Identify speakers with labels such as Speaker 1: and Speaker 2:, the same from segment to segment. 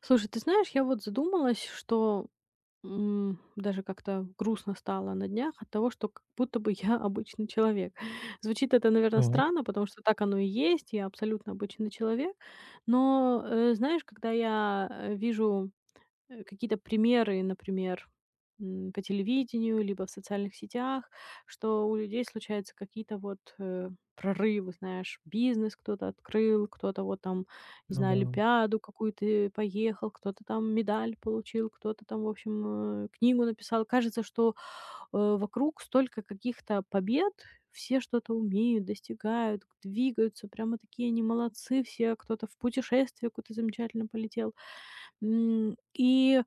Speaker 1: Слушай, ты знаешь, я вот задумалась, что даже как-то грустно стало на днях от того, что как будто бы я обычный человек. Звучит это, наверное,
Speaker 2: Так,
Speaker 1: странно, потому что так оно и есть, я абсолютно обычный человек. Но, знаешь, когда я вижу какие-то примеры, например, по телевидению, либо в социальных сетях, что у людей случаются какие-то вот прорывы, знаешь, бизнес кто-то открыл, кто-то вот там, не
Speaker 2: ну
Speaker 1: знаю,
Speaker 2: да.
Speaker 1: олимпиаду какую-то поехал, кто-то там медаль получил, кто-то там, в общем, книгу написал. Кажется, что вокруг столько каких-то побед, все что-то умеют, достигают, двигаются, прямо такие они молодцы все, кто-то в путешествие куда-то замечательно полетел. М, И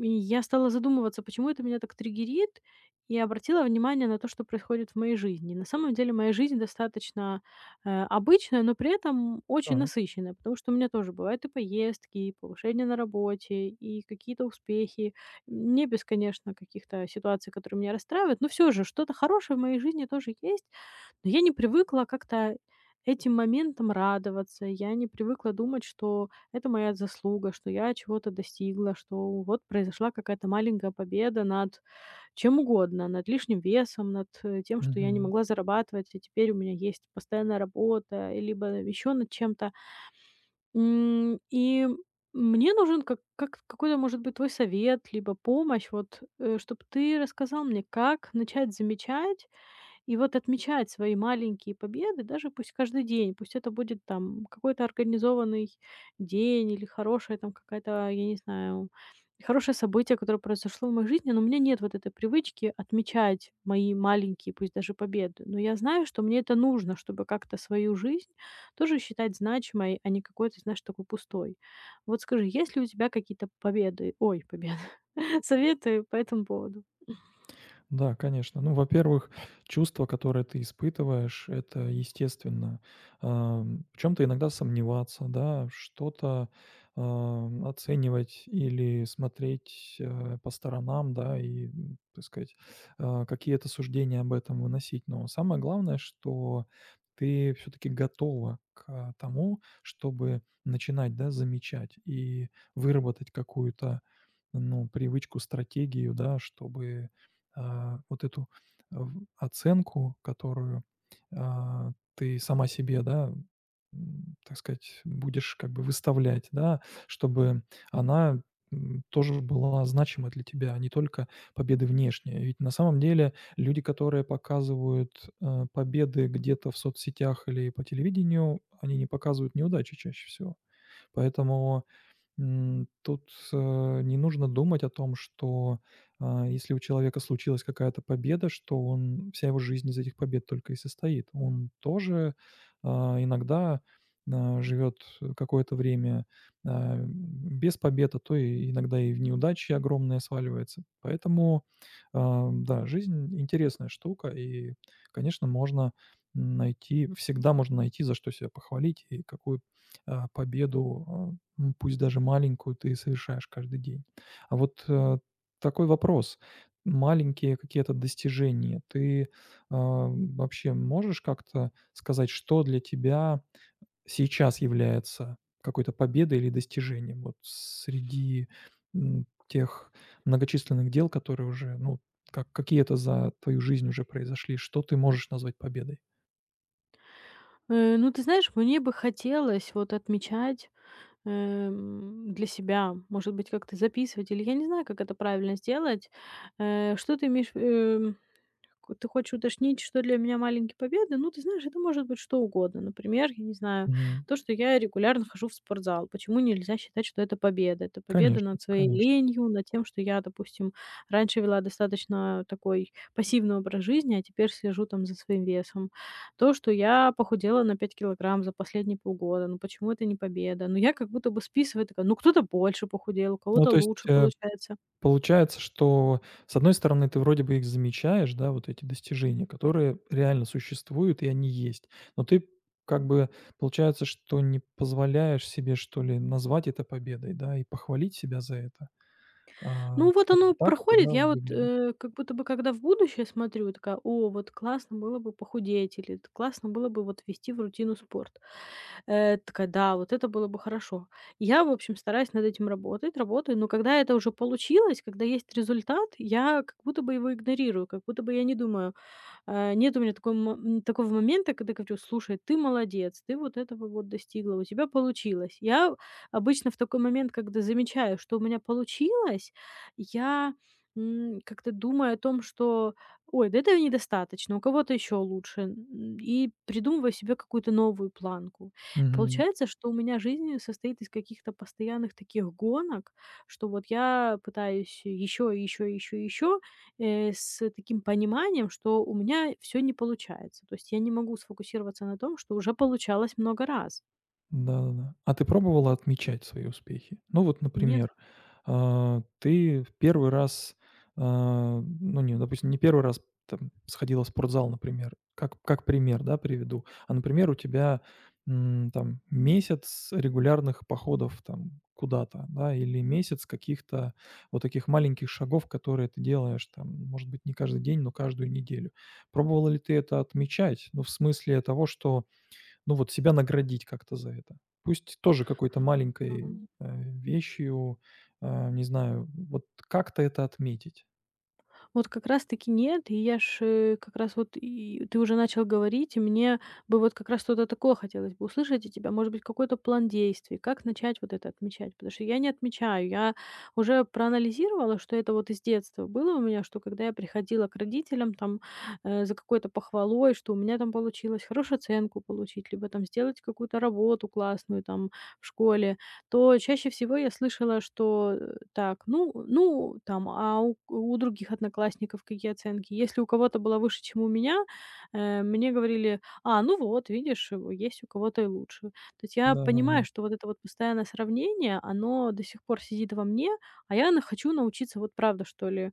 Speaker 1: и я стала задумываться, почему это меня так триггерит, и обратила внимание на то, что происходит в моей жизни. На самом деле моя жизнь достаточно обычная, но при этом очень
Speaker 2: Так,
Speaker 1: насыщенная, потому что у меня тоже бывают и поездки, и повышения на работе, и какие-то успехи. Не без, конечно, каких-то ситуаций, которые меня расстраивают, но все же что-то хорошее в моей жизни тоже есть. Но я не привыкла как-то этим моментом радоваться. Я не привыкла думать, что это моя заслуга, что я чего-то достигла, что вот произошла какая-то маленькая победа над чем угодно, над лишним весом, над тем, что я не
Speaker 2: мгм.
Speaker 1: могла зарабатывать, и теперь у меня есть постоянная работа, и либо еще над чем-то. И мне нужен как какой-то, может быть, твой совет, либо помощь, вот, чтобы ты рассказал мне, как начать замечать и вот отмечать свои маленькие победы, даже пусть каждый день, пусть это будет там какой-то организованный день или хорошая там какая-то, я не знаю, хорошее событие, которое произошло в моей жизни, но у меня нет вот этой привычки отмечать мои маленькие, пусть даже победы. Но я знаю, что мне это нужно, чтобы как-то свою жизнь тоже считать значимой, а не какой-то, знаешь, такой пустой. Вот скажи, есть ли у тебя какие-то победы, ой, победы, советы по этому поводу?
Speaker 2: Да, конечно. Ну, во-первых, чувства, которые ты испытываешь, это естественно. В чем то иногда сомневаться, да, что-то, оценивать или смотреть, по сторонам, да, и, так сказать, какие-то суждения об этом выносить. Но самое главное, что ты все таки готова к тому, чтобы начинать, да, замечать и выработать какую-то, ну, привычку, стратегию, да, чтобы вот эту в оценку, которую, ты сама себе, да, так сказать, будешь как бы выставлять, да, чтобы она, тоже была значима для тебя, а не только победы внешние. Ведь на самом деле люди, которые показывают, победы где-то в соцсетях или по телевидению, они не показывают неудачи чаще всего. Поэтому тут, не нужно думать о том, что, если у человека случилась какая-то победа, что он вся его жизнь из этих побед только и состоит. Он тоже, иногда, живет какое-то время, без побед, а то и иногда и в неудачи огромные сваливается. Поэтому, да, жизнь интересная штука, и, конечно, можно найти всегда можно найти, за что себя похвалить и какую, победу, пусть даже маленькую, ты совершаешь каждый день. А вот, такой вопрос: маленькие какие-то достижения, ты, вообще можешь как-то сказать, что для тебя сейчас является какой-то победой или достижением вот среди, тех многочисленных дел, которые уже, ну, как какие-то за твою жизнь уже произошли? Что ты можешь назвать победой?
Speaker 1: Ну, ты знаешь, мне бы хотелось вот отмечать, для себя, может быть, как-то записывать, или я не знаю, как это правильно сделать. Э, что ты имеешь, э Ко Ты хочешь уточнить, что для меня маленькие победы? Ну, ты знаешь, это может быть что угодно. Например, я не знаю,
Speaker 2: Мгм.
Speaker 1: то, что я регулярно хожу в спортзал. Почему нельзя считать, что это победа? Это победа
Speaker 2: Конечно,
Speaker 1: над своей
Speaker 2: конечно.
Speaker 1: ленью, над тем, что я, допустим, раньше вела достаточно такой пассивный образ жизни, а теперь слежу там за своим весом. То, что я похудела на 5 килограмм за последние полгода. Ну, почему это не победа? Ну, я как будто бы списываю, такая, ну, кто-то больше похудел, у
Speaker 2: Ну,
Speaker 1: кого-то
Speaker 2: то есть,
Speaker 1: лучше получается.
Speaker 2: получается, что, с одной стороны, ты вроде бы их замечаешь, да, вот эти достижения, которые реально существуют, и они есть. Но ты как бы, получается, что не позволяешь себе, что ли, назвать это победой, да, и похвалить себя за это.
Speaker 1: Ну, вот
Speaker 2: Как-то
Speaker 1: оно
Speaker 2: так это,
Speaker 1: проходит.
Speaker 2: да,
Speaker 1: Я вот,
Speaker 2: выглядит.
Speaker 1: как будто бы, когда в будущее смотрю, такая: "О, вот классно было бы похудеть", или т "Классно было бы вот ввести в рутину спорт". Такая: "Да, вот это было бы хорошо". Я, в общем, стараюсь над этим работать, работаю, но когда это уже получилось, когда есть результат, я как будто бы его игнорирую, как будто бы я не думаю: нет у меня такого момента, когда говорю: "Слушай, ты молодец, ты вот этого вот достигла, у тебя получилось". Я обычно в такой момент, когда замечаю, что у меня получилось, я, как-то думаю о том, что: "Ой, да этого недостаточно, у кого-то еще лучше". И придумываю себе какую-то новую планку.
Speaker 2: Мгм.
Speaker 1: Получается, что у меня жизнь состоит из каких-то постоянных таких гонок, что вот я пытаюсь еще, еще, еще, еще, с таким пониманием, что у меня все не получается. То есть я не могу сфокусироваться на том, что уже получалось много раз.
Speaker 2: Да-да-да. А ты пробовала отмечать свои успехи? Ну вот,
Speaker 1: Нет,
Speaker 2: например, ты в первый раз, ну не, допустим, не первый раз там сходила в спортзал, например. Как пример, да, приведу. Например, у тебя, там месяц регулярных походов там куда-то, да, или месяц каких-то вот таких маленьких шагов, которые ты делаешь там, может быть, не каждый день, но каждую неделю. Пробовала ли ты это отмечать? Ну, в смысле того, что ну, вот себя наградить как-то за это. Пусть тоже какой-то
Speaker 1: а
Speaker 2: маленькой, вещью, не знаю, вот как-то это отметить.
Speaker 1: Вот как раз таки нет. Как раз вот и ты уже начал говорить, и мне бы вот как раз что-то такое хотелось бы услышать от тебя. Может быть, какой-то план действий, как начать вот это отмечать? Потому что я не отмечаю. Я уже проанализировала, что это вот из детства было у меня, что когда я приходила к родителям там за какой-то похвалой, что у меня там получилось хорошую оценку получить, либо там сделать какую-то работу классную там в школе, то чаще всего я слышала, что, так, ну, там, а у других одноклассников какие оценки? Если у кого-то была выше, чем у меня, мне говорили: "А, ну вот, видишь, есть у кого-то и лучше". То есть я
Speaker 2: Да-да-да.
Speaker 1: понимаю, что вот это вот постоянное сравнение, оно до сих пор сидит во мне, а я на хочу научиться вот правда, что ли,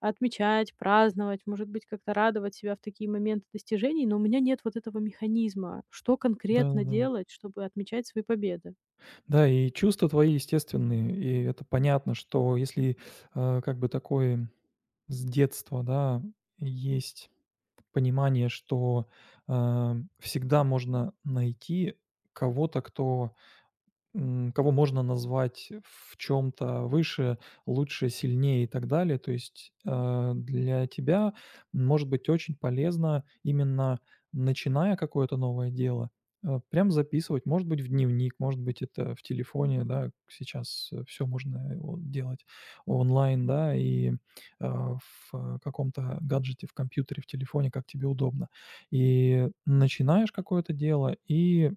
Speaker 1: отмечать, праздновать, может быть, как-то радовать себя в такие моменты достижений, но у меня нет вот этого механизма, что конкретно
Speaker 2: Да-да-да.
Speaker 1: делать, чтобы отмечать свои победы.
Speaker 2: Да, и чувства твои естественные, и это понятно, что если, как бы такое с детства, да, есть понимание, что, э, всегда можно найти кого-то, кого можно назвать в чем-то выше, лучше, сильнее и так далее. То есть для тебя может быть очень полезно именно начиная какое-то новое дело, прям записывать, может быть, в дневник, может быть, это в телефоне, да, сейчас все можно его делать онлайн, да, и в каком-то гаджете, в компьютере, в телефоне, как тебе удобно. И начинаешь какое-то дело, и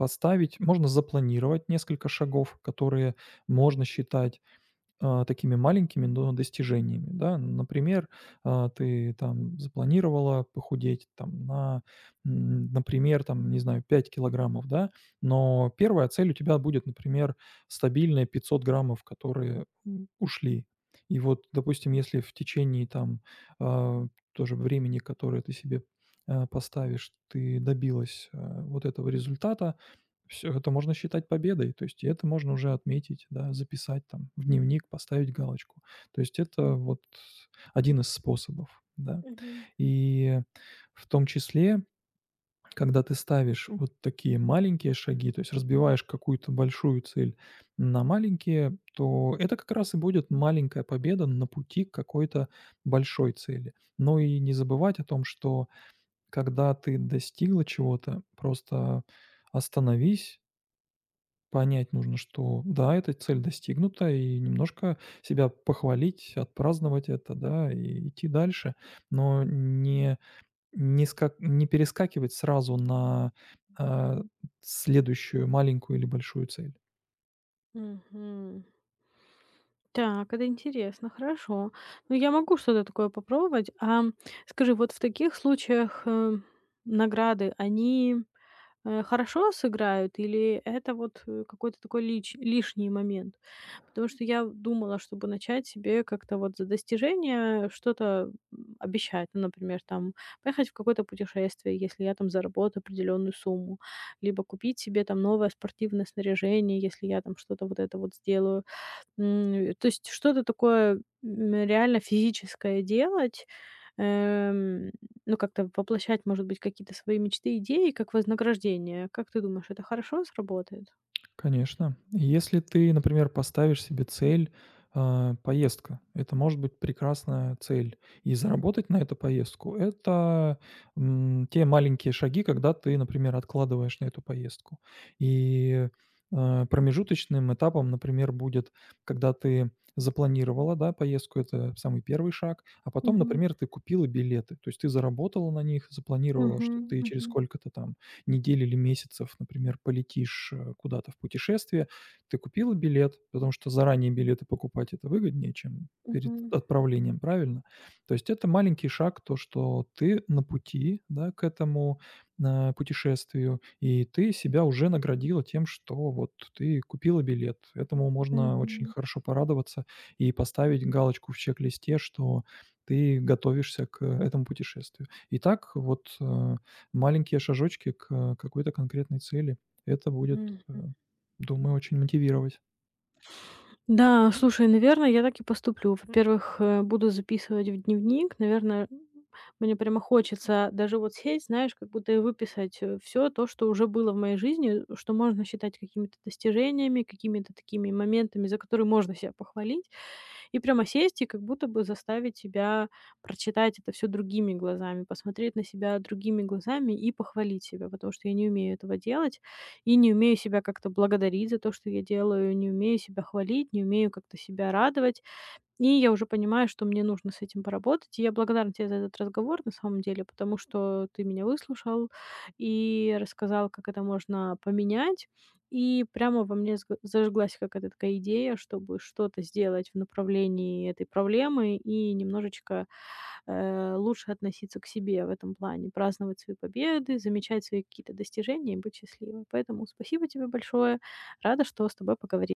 Speaker 2: Можно запланировать несколько шагов, которые можно считать, такими маленькими, но достижениями, да. Например, ты там запланировала похудеть там на, например, там, не знаю, 5 кг, да, но первая цель у тебя будет, например, стабильные 500 г, которые, ушли. И вот, допустим, если в течение там, а, тоже времени, которое ты себе, поставишь, ты добилась, вот этого результата, все это можно считать победой, то есть и это можно уже отметить, да, записать там в дневник, поставить галочку. То есть это вот один из способов, да.
Speaker 1: Мгм.
Speaker 2: И в том числе, когда ты ставишь вот такие маленькие шаги, то есть разбиваешь какую-то большую цель на маленькие, то это как раз и будет маленькая победа на пути к какой-то большой цели. Но и не забывать о том, что когда ты достигла чего-то, просто остановись, понять нужно, что да, эта цель достигнута, и немножко себя похвалить, отпраздновать это, да, и идти дальше. Но не перескакивать сразу на, а, следующую маленькую или большую цель.
Speaker 1: Мгм. Так, это интересно, хорошо. Ну, я могу что-то такое попробовать. А скажи, вот в таких случаях, награды, они, хорошо сыграют или это вот, какой-то такой лич лишний момент? Потому что я думала, чтобы начать себе как-то вот за достижения что-то, обещать. Ну, например, там поехать в какое-то путешествие, если я там заработаю определенную сумму, либо купить себе там новое спортивное снаряжение, если я там что-то вот это вот сделаю. То есть что-то такое, реально физическое делать, эм, ну, как-то воплощать, может быть, какие-то свои мечты, идеи как вознаграждение. Как ты думаешь, это хорошо сработает?
Speaker 2: Конечно. Если ты, например, поставишь себе цель, поездка, это может быть прекрасная цель. И заработать на эту поездку — это, те маленькие шаги, когда ты, например, откладываешь на эту поездку. И, промежуточным этапом, например, будет, когда ты запланировала, да, поездку — это самый первый шаг, а потом,
Speaker 1: Мгм.
Speaker 2: например, ты купила билеты. То есть ты заработала на них, запланировала,
Speaker 1: Мгм.
Speaker 2: что ты через
Speaker 1: Мгм.
Speaker 2: сколько-то там недель или месяцев, например, полетишь куда-то в путешествие, ты купила билет, потому что заранее билеты покупать это выгоднее, чем перед
Speaker 1: Мгм.
Speaker 2: отправлением, правильно? То есть это маленький шаг, то, что ты на пути, да, к этому путешествию, и ты себя уже наградила тем, что вот ты купила билет. Этому можно очень
Speaker 1: Мгм.
Speaker 2: хорошо порадоваться и поставить галочку в чек-листе, что ты готовишься к этому путешествию. И так вот маленькие шажочки к, какой-то конкретной цели. Это будет, э,
Speaker 1: Мгм.
Speaker 2: думаю, очень мотивировать.
Speaker 1: Да, слушай, наверное, я так и поступлю. Во-первых, буду записывать в дневник. Наверное, мне прямо хочется даже вот сесть, знаешь, как будто и выписать все то, что уже было в моей жизни, что можно считать какими-то достижениями, какими-то такими моментами, за которые можно себя похвалить и прямо сесть и как будто бы заставить себя прочитать это все другими глазами, посмотреть на себя другими глазами и похвалить себя, потому что я не умею этого делать и не умею себя как-то благодарить за то, что я делаю, не умею себя хвалить, не умею как-то себя радовать. И я уже понимаю, что мне нужно с этим поработать. И я благодарна тебе за этот разговор, на самом деле, потому что ты меня выслушал и рассказал, как это можно поменять. И прямо во мне зажглась какая-то такая идея, чтобы что-то сделать в направлении этой проблемы и немножечко лучше относиться к себе в этом плане, праздновать свои победы, замечать свои какие-то достижения и быть счастливой. Поэтому спасибо тебе большое. Рада, что с тобой поговорила.